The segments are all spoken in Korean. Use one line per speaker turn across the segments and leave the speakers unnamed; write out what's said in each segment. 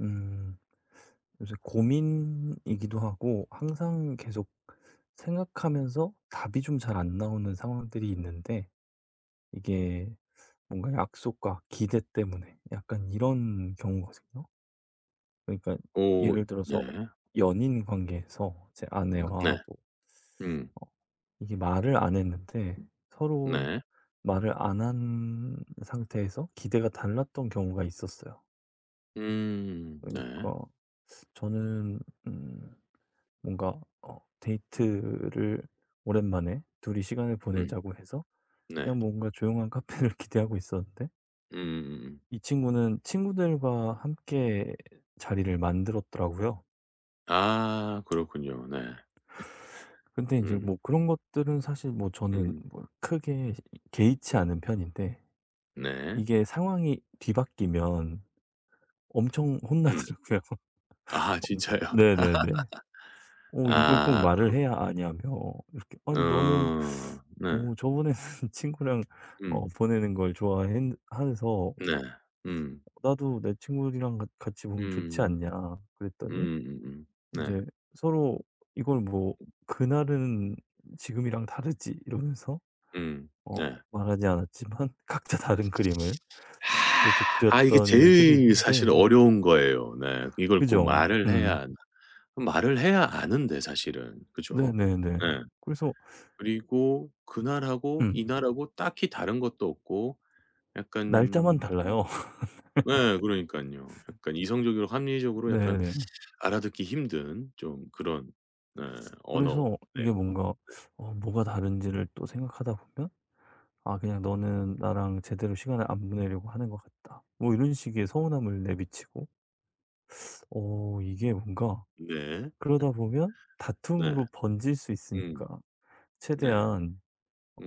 음. 요새 고민이기도 하고 항상 계속 생각하면서 답이 좀 잘 안 나오는 상황들이 있는데 이게 뭔가 약속과 기대 때문에 약간 이런 경우거든요. 그러니까
오.
예를
네.
들어서 연인 관계에서 제
네.
아내와 뭐
음.
어 이게 말을 안 했는데 서로
네.
말을 안 한 상태에서 기대가 달랐던 경우가 있었어요.
음. 네.
그러니까 저는 음 뭔가 데이트를 오랜만에 둘이 시간을
음.
보내자고 해서
네.
그냥 뭔가 조용한 카페를 기대하고 있었는데
음음음음.
이 친구는 친구들과 함께 자리를 만들었더라고요.
아, 그렇군요. 네.
근데 이제
음.
뭐 그런 것들은 사실 뭐 저는
음.
뭐 크게 개의치 않은 편인데
네.
이게 상황이 뒤바뀌면 엄청
음.
혼나더라고요.
아, 진짜요?
네네네. 이걸 꼭
아
말을
그렇
해야 아냐며 이렇게 "아니 너는
어. 네.
오 저번에는 친구랑
음.
보내는 걸 좋아했 해서
네. 음.
나도 내 친구들이랑 같 같이 보면 좋지
음.
않냐." 그랬더니
음음음.
이
네.
제 서로 이걸 뭐 "그날은 지금이랑 다르지." 이러면서
음.
어
네.
말하지 않았지만 각자 다른 그림을 그렇게
아, 이게
그렸던 일들이
제일
있는데
사실 어려운 거예요. 네. 이걸 꼭
그죠?
말을
음.
해야 말을 해야 아는데, 사실은. 그죠?
네네네.
예.
그래서
그리고 그날하고
음.
이날하고 딱히 다른 것도 없고 약간.
날짜만 달라요.
예, 그러니깐요. 약간 이성적이고 합리적으로 약간
네.
알아듣기 힘든 좀 그런, 네, 언어네요.
그래서 이게 뭔가 뭐가 다른지를 또 생각하다 보면 아 그냥 "너는 나랑 제대로 시간을 안 보내려고 하는 것 같다." 뭐 이런 식의 서운함을 내비치고 이게 뭔가
네.
그러다 보면
네.
다툼으로 번질 수
음.
있으니까
네.
최대한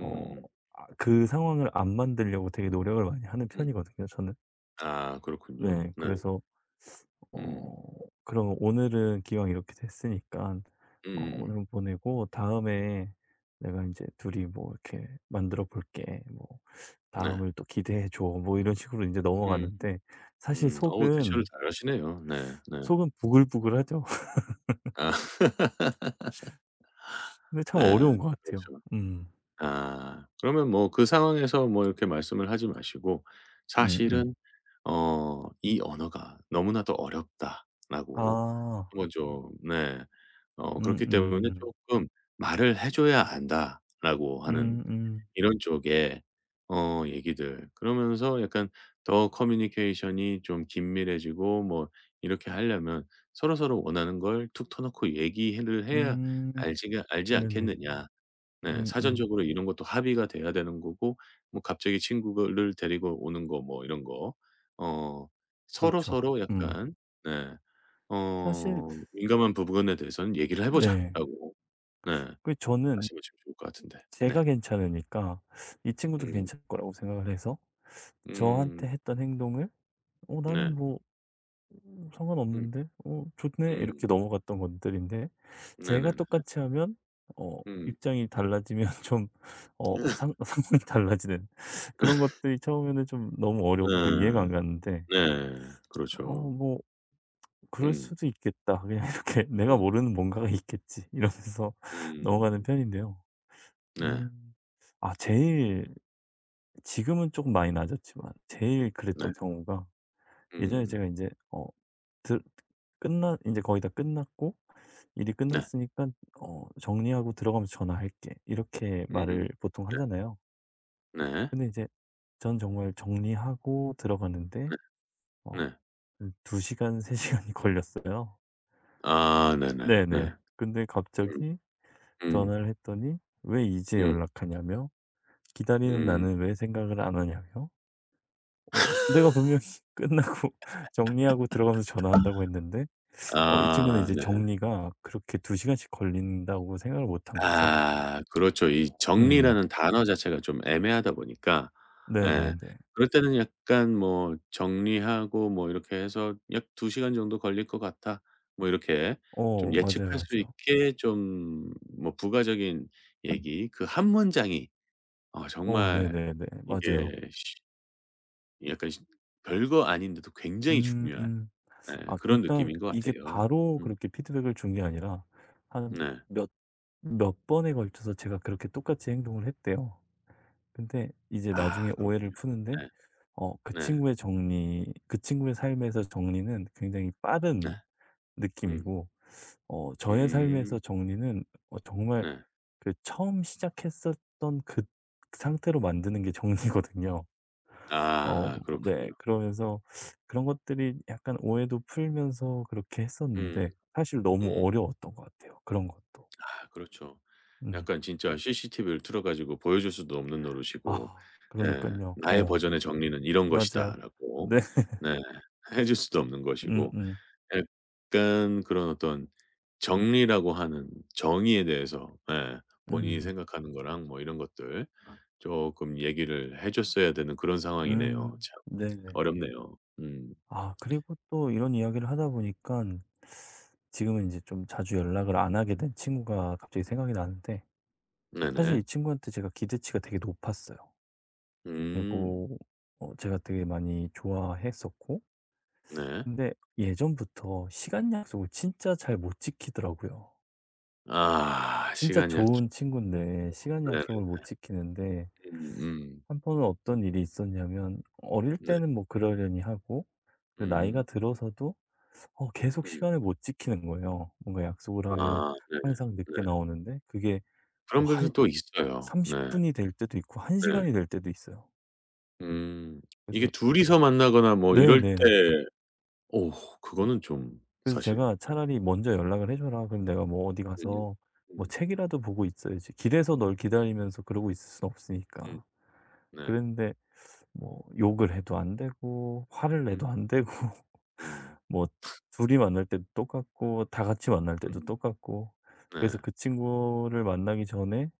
어 아 그 상황을 안 만들려고 되게 노력을 많이 하는
음. 음.
편이거든요 저는.
아, 그렇군요.
네.
네.
그래서
음.
어 그럼 오늘은 기왕 이렇게 됐으니까
음음음.
오늘 보내고 다음에 내가 이제 "둘이 뭐 이렇게 만들어 볼게. 뭐
네.
다음을 또 기대해 줘." 뭐 이런 식으로 이제
음.
넘어가는데 사실
음. 어우, 대처를
속은
잘하시네요. 네. 네.
속은 부글부글하죠.
아.
근데
네.
참 어려운 것 같아요.
그렇죠.
음.
아. 그러면 뭐 그 상황에서 뭐 이렇게 말씀을 하지 마시고,
음음.
"사실은 어 이 언어가 너무나도 어렵다."라고
아.
한번 좀, 네, 어
음
"그렇기 때문에
음.
조금 말을 해 줘야 안다."라고 하는
음.
이런 쪽의 어 얘기들. 그러면서 약간 더 커뮤니케이션이 좀 긴밀해지고 뭐 이렇게 하려면 서로서로 원하는 걸 툭 터놓고 얘기를 해야
음,
알지
음, 네네.
않겠느냐. 네.
음음.
사전적으로 이런 것도 합의가 돼야 되는 거고, 뭐 갑자기 친구를 데리고 오는 거 뭐 이런 거. 어
그렇죠.
서로서로
음.
약간, 네,
사실
어 "민감한 부분에 대해서는 얘기를 해
네.
보자."라고, 네,
그 저는
말씀하시면 좋을 것 같은데. 네.
제가 괜찮으니까 이 친구도
음.
괜찮을 거라고 생각을 해서 저한테
음.
했던 행동을
네.
나는 뭐
음.
상관없는데 좋네
음.
이렇게 넘어갔던 것들인데 제가
네네네.
똑같이 하면 어
음.
입장이 달라지면 좀 어 상 상황이 달라지는 그런 것들이 처음에는 좀 너무 어렵고 이해가
음.
안 갔는데
네.
'어
그렇죠.
뭐 그럴
음.
수도 있겠다. 그냥 이렇게 내가
음.
모르는 뭔가가 있겠지.' 이러면서 넘어가는
음.
편인데요.
네.
음. 아 제일 지금은 조금 많이 나았졌지만 제일
네.
그랬던 경우가 예전에
음.
제가 이제어 들 끝나 이제 거의 다 끝났고 일이
네.
끝났으니까 "정리하고 들어가면서 전화할게." 이렇게
음음.
말을 보통
네.
하잖아요.
네.
근데 이제 전 정말 정리하고 들어가는데
네.
어
네.
두2 시간 3 시간이 걸렸어요.
아 네네. 네.
네네. 근데
음.
갑자기
음.
전화를 했더니 왜 이제
음.
연락하냐며 기다리는
음.
나는 왜 생각을 안 하냐며 어 내가 분명히 끝나고 정리하고 들어가면서 전화한다고 했는데 이 친구는
아
이제
네.
정리가 그렇게 2 시간씩 걸린다고 생각을 못한 거죠.
아, 그렇죠. 이
음.
정리라는 단어 자체가 좀 애매하다 보니까. 예.
네네네.
그럴 때는 약간 뭐 정리하고 뭐 이렇게 해서 약 2 시간 정도 걸릴 것 같아. 뭐 이렇게 좀
어 맞아요,
예측할 수
맞아요.
있게 좀 뭐 부가적인 얘기, 그 한 문장이 어
어
정말
네네네.
이게
맞아요.
쉬 약간 시 별거 아닌데도 굉장히
음
중요한,
음.
네,
아 그러니
그런
까
느낌인 것
이게
같아요.
바로
음.
그렇게 피드백을 준 게 아니라 한
네.
몇 몇 번에 걸쳐서 제가 그렇게 똑같이 행동을 했대요. 근데 이제 나중에
아,
오해를
그렇군요.
푸는데
네.
그
네.
친구의 정리 그 친구의 삶에서 정리는 굉장히
네.
빠른
음.
느낌이고 저의
음.
삶에서 정리는 정말
네.
그 처음 시작했었던 그 상태로 만드는 게 정리거든요. 어
아,
네.
그렇군요.
그러면서 그런 것들이 약간 오해도 풀면서 그렇게
음.
했었는데 사실 너무
음음.
어려웠던 것 같아요, 그런 것도.
아, 그렇죠.
음.
약간 진짜 CCTV를 틀어 가지고 보여줄 수도 없는 노릇이고.
아
예,
그러니깐요.
나의
어
버전의 정리는 이런
맞아요.
것이다라고,
네.
네, 해줄 수도 없는
음음.
것이고
음.
약간 그런 어떤 정리라고 하는 정의에 대해서, 예, 본인이
음.
생각하는 거랑 뭐 이런 것들 조금 얘기를 해 줬어야 되는 그런 상황이네요. 참
네네.
어렵네요. 음.
아 그리고 또 이런 이야기를 하다 보니까 지금은 이제 좀 자주 연락을 안 하게 된 친구가 갑자기 생각이 나는데 사실
네네.
이 친구한테 제가 기대치가 되게 높았어요.
음.
그리고 제가 되게 많이 좋아했었고
네.
근데 예전부터 시간 약속을 진짜 잘 못 지키더라고요.
아,
진짜
시간 약속.
좋은 친구인데 시간
네네.
약속을 못 지키는데
음음.
한 번은 어떤 일이 있었냐면 어릴
네.
때는 뭐 그러려니 하고 그 나이가
음음.
들어서도 계속
음. 음.
시간을 못 지키는 거예요. 뭔가 약속을 하면
아 네.
항상
네.
늦게 나오는데 그게
그런
뭐
분들은
한
또 있어요. 네.
30 분이 될 때도 있고 1
네.
시간이 될 때도 있어요.
음. 이게
그래서
둘이서 만나거나 뭐 이럴
네네.
때 어 그거는 좀
그래서
사실.
제가 차라리 "먼저 연락을 해 줘라. 그럼 내가 뭐 어디
음음.
가서 뭐
음.
책이라도 보고 있어야지. 길에서 널 기다리면서 그러고 있을 순
음.
없으니까."
네.
그랬는데 뭐 욕을 해도 안 되고 화를
음.
내도 안 되고
네. 음.
뭐 둘이 만날 때도 똑같고 다 같이 만날
음.
때도
음.
똑같고 그래서
네.
그 친구를 만나기 전에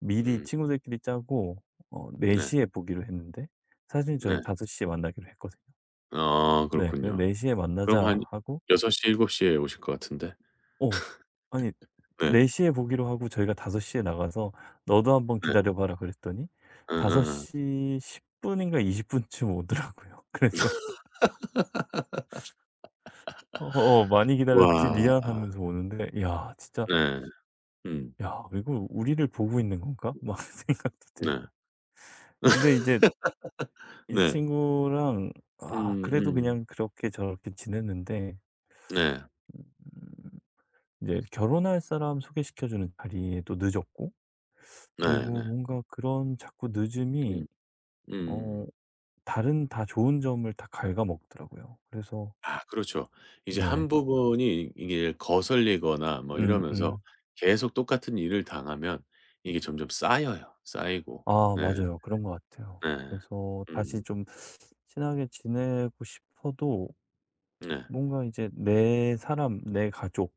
미리
음.
친구들끼리 짜고 4
네.
시에 보기로 했는데 사실
네.
저희 5 시에 만나기로 했거든요.
아,
네. 그래서
그렇군요.
"4 시에
그럼
만나자."
한
하고
6시7시에 오실 것 같은데.
어 아니 4
네.
시에 보기로 하고 저희가 5섯시에 나가서 "너도 한번
네.
기다려 봐라." 그랬더니
예예.
5:10 분인가 20 분쯤 오더라고요. 그래서 "어 많이 기다렸지.
와.
미안." 하면서 오는데 야 진짜
네. 음.
'야 이거 우리를 보고 있는 건가?' 막 생각도
네.
들고. 근데 이제 이
네.
친구랑 아 그래도
음음.
그냥 그렇게 저렇게 지냈는데
네.
이제 결혼할 사람 소개시켜 주는 자리에 또 늦었고 그리고
네네.
뭔가 그런 자꾸 늦음이
음.
어
음.
다른 다 좋은 점을 다 갉아먹더라고요. 그래서
아, 그렇죠. 이제
네.
한 부분이 이게 거슬리거나 뭐
음
이러면서
음.
계속 똑같은 일을 당하면 이게 점점 쌓여요. 쌓이고.
아
네.
맞아요. 그런 것 같아요.
네.
그래서 다시
음.
좀 친하게 지내고 싶어도
네.
뭔가 이제 내 사람, 내 가족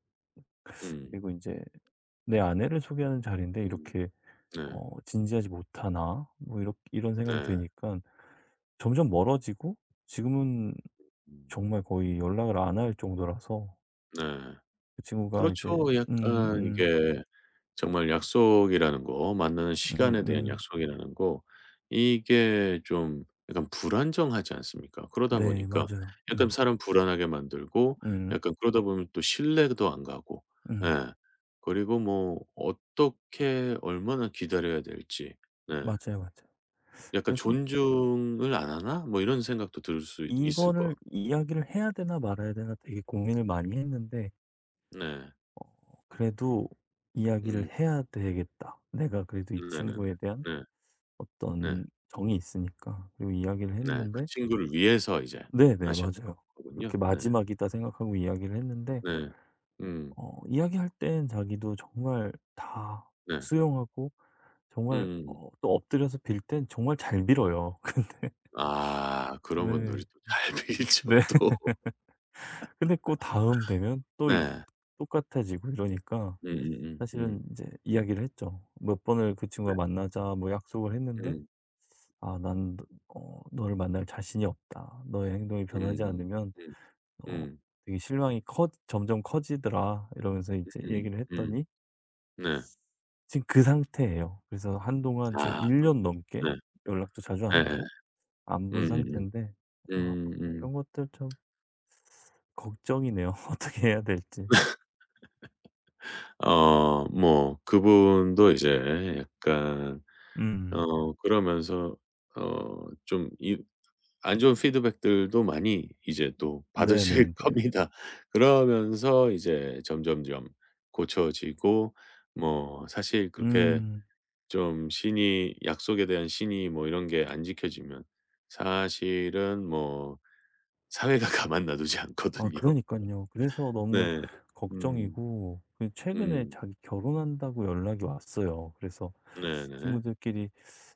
음.
그리고 이제 내 아내를 소개하는 자리인데
음.
이렇게
네.
'진지하지 못하나?' 뭐 이렇 이런 생각이 드
네.
니까 점점 멀어지고 지금은
음.
정말 거의 연락을 안 할 정도라서
네.
그 친구가 이제
그렇죠.
음
약간
음.
이게 정말 약속이라는 거, 만나는 시간에 대한
음음.
약속이라는 거 이게 좀 약간 불안정하지 않습니까? 그러다
네
보니까
맞아요.
약간
음.
사람 불안하게 만들고
음.
약간. 그러다 보면 또 신뢰도 안 가고.
음.
예. 그리고 뭐 어떻게 얼마나 기다려야 될지. 네.
맞아요, 맞아요.
약간
그래서
'존중을 안 하나?' 뭐 이런 생각도 들 수 있을 것 같.
이거를 이야기를 해야 되나 말아야 되나 되게 고민을 많이 했는데
네.
어 그래도
음.
'이야기를 해야 되겠다. 내가 그래도 이
네네네.
친구에 대한
네. 네.
어떤 정이 있으니까.' 그리고 이야기를
네. 그
했는데
친구를 위해서 이제
네네.
하셨던
맞아요. 그렇게
거군요. 네.
'마지막이다.' 생각하고 이야기를 했는데
네. 음.
이야기할 땐 자기도 정말 다
네.
수용하고 정말
음음.
또 엎드려서 빌 땐 정말 잘 빌어요.
아, 그런
근데
분들이 또 잘 빌죠
네. 네.
또.
근데 그 다음 되면 또
네.
똑같아지고 이러니까 사실은
음.
이제 이야기를 했죠. 몇 번을 그 친구와 만나자 뭐 약속을 했는데
음.
"아 난 너 너를 만날 자신이 없다. 너의 행동이
음.
변하지
음.
않으면
음.
어 되게 실망이 커 점점 커지더라." 이러면서 이제
음.
얘기를 했더니
네.
지금 그 상태예요. 그래서 한동안 지금
아,
1년
그렇군요.
넘게
네.
연락도 자주 안
예예.
하고 안 본
음음음.
상태인데
음음.
이런 것들 좀 걱정이네요. 어떻게 해야 될지.
어 뭐 그분도 이제 약간
음.
어 그러면서 어좀이 안 좋은 피드백들도 많이 이제 또 받으실
네네네.
겁니다. 그러면서 이제 점점점 고쳐지고 뭐. 사실 그렇게
음.
좀 신이, 약속에 대한 신이 뭐 이런 게 안 지켜지면 사실은 뭐 사회가 가만 놔두지
아
않거든요.
그러니깐요. 그래서 너무
네. 음.
걱정이고 그 최근에
음.
자기 결혼한다고 연락이 왔어요. 그래서
네네.
친구들끼리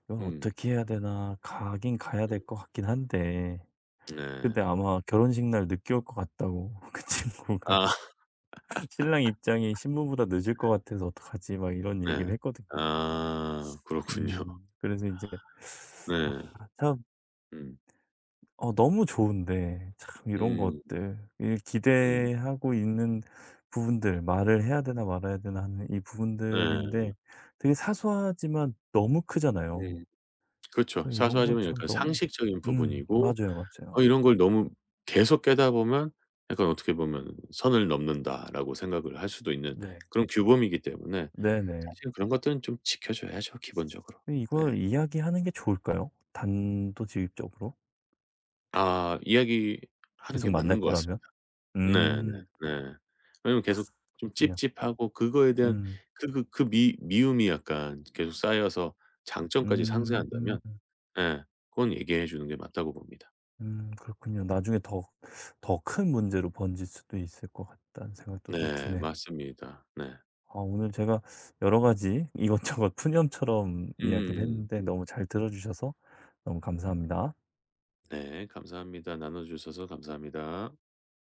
'이걸
음.
어떻게 해야 되나.' 가긴 가야 될 것 같긴 한데
네.
근데 아마 결혼식 날 늦게 올 것 같다고 그 친구가
아.
"신랑 입장이 신부보다 늦을 것 같아서 어떡하지?" 막 이런
네.
얘기를 했거든요.
아, 그렇군요.
그래서 이제아
네.
참
음.
너무 좋은데 참 이런
음.
것들 이
음.
기대하고 있는 부분들 '말을 해야 되나 말아야 되나.' 하는 이
네.
부분들인데 되게 사소하지만 너무 크잖아요.
음. 그렇죠.
그래서 이런 거
사소하지만
참
약간
너무
상식적인 부분이고
맞아요,
어
맞아요.
이런 걸 너무 계속 깨다 보면 약간 어떻게 보면 '선을 넘는다.'라고 생각을 할 수도 있는
네.
그런 규범이기 때문에
네네.
사실 그런 것들은 좀 지켜줘야죠, 기본적으로.
근데
네.
이걸 이야기하는 게 좋을까요? 단도직입적으로?
아, 이야기하는 게
계속 만날
맞는 것
거라면?
같습니다. 네네.
음.
네. 네. 왜냐면 계속 좀
그냥
찝찝하고 그거에 대한
음.
그 미 미움이 약간 계속 쌓여서 장점까지
음.
상쇄한다면, 예, 그건 얘기해 주는 게 맞다고 봅니다.
그렇군요. 나중에 더 큰 문제로 번질 수도 있을 것 같다는 생각도 또
네,
드네요.
맞습니다. 네.
아 오늘 제가 여러 가지 이것저것 푸념처럼 이야기를
음.
했는데 너무 잘 들어 주셔서 너무 감사합니다.
네. 감사합니다. 나눠 주셔서 감사합니다.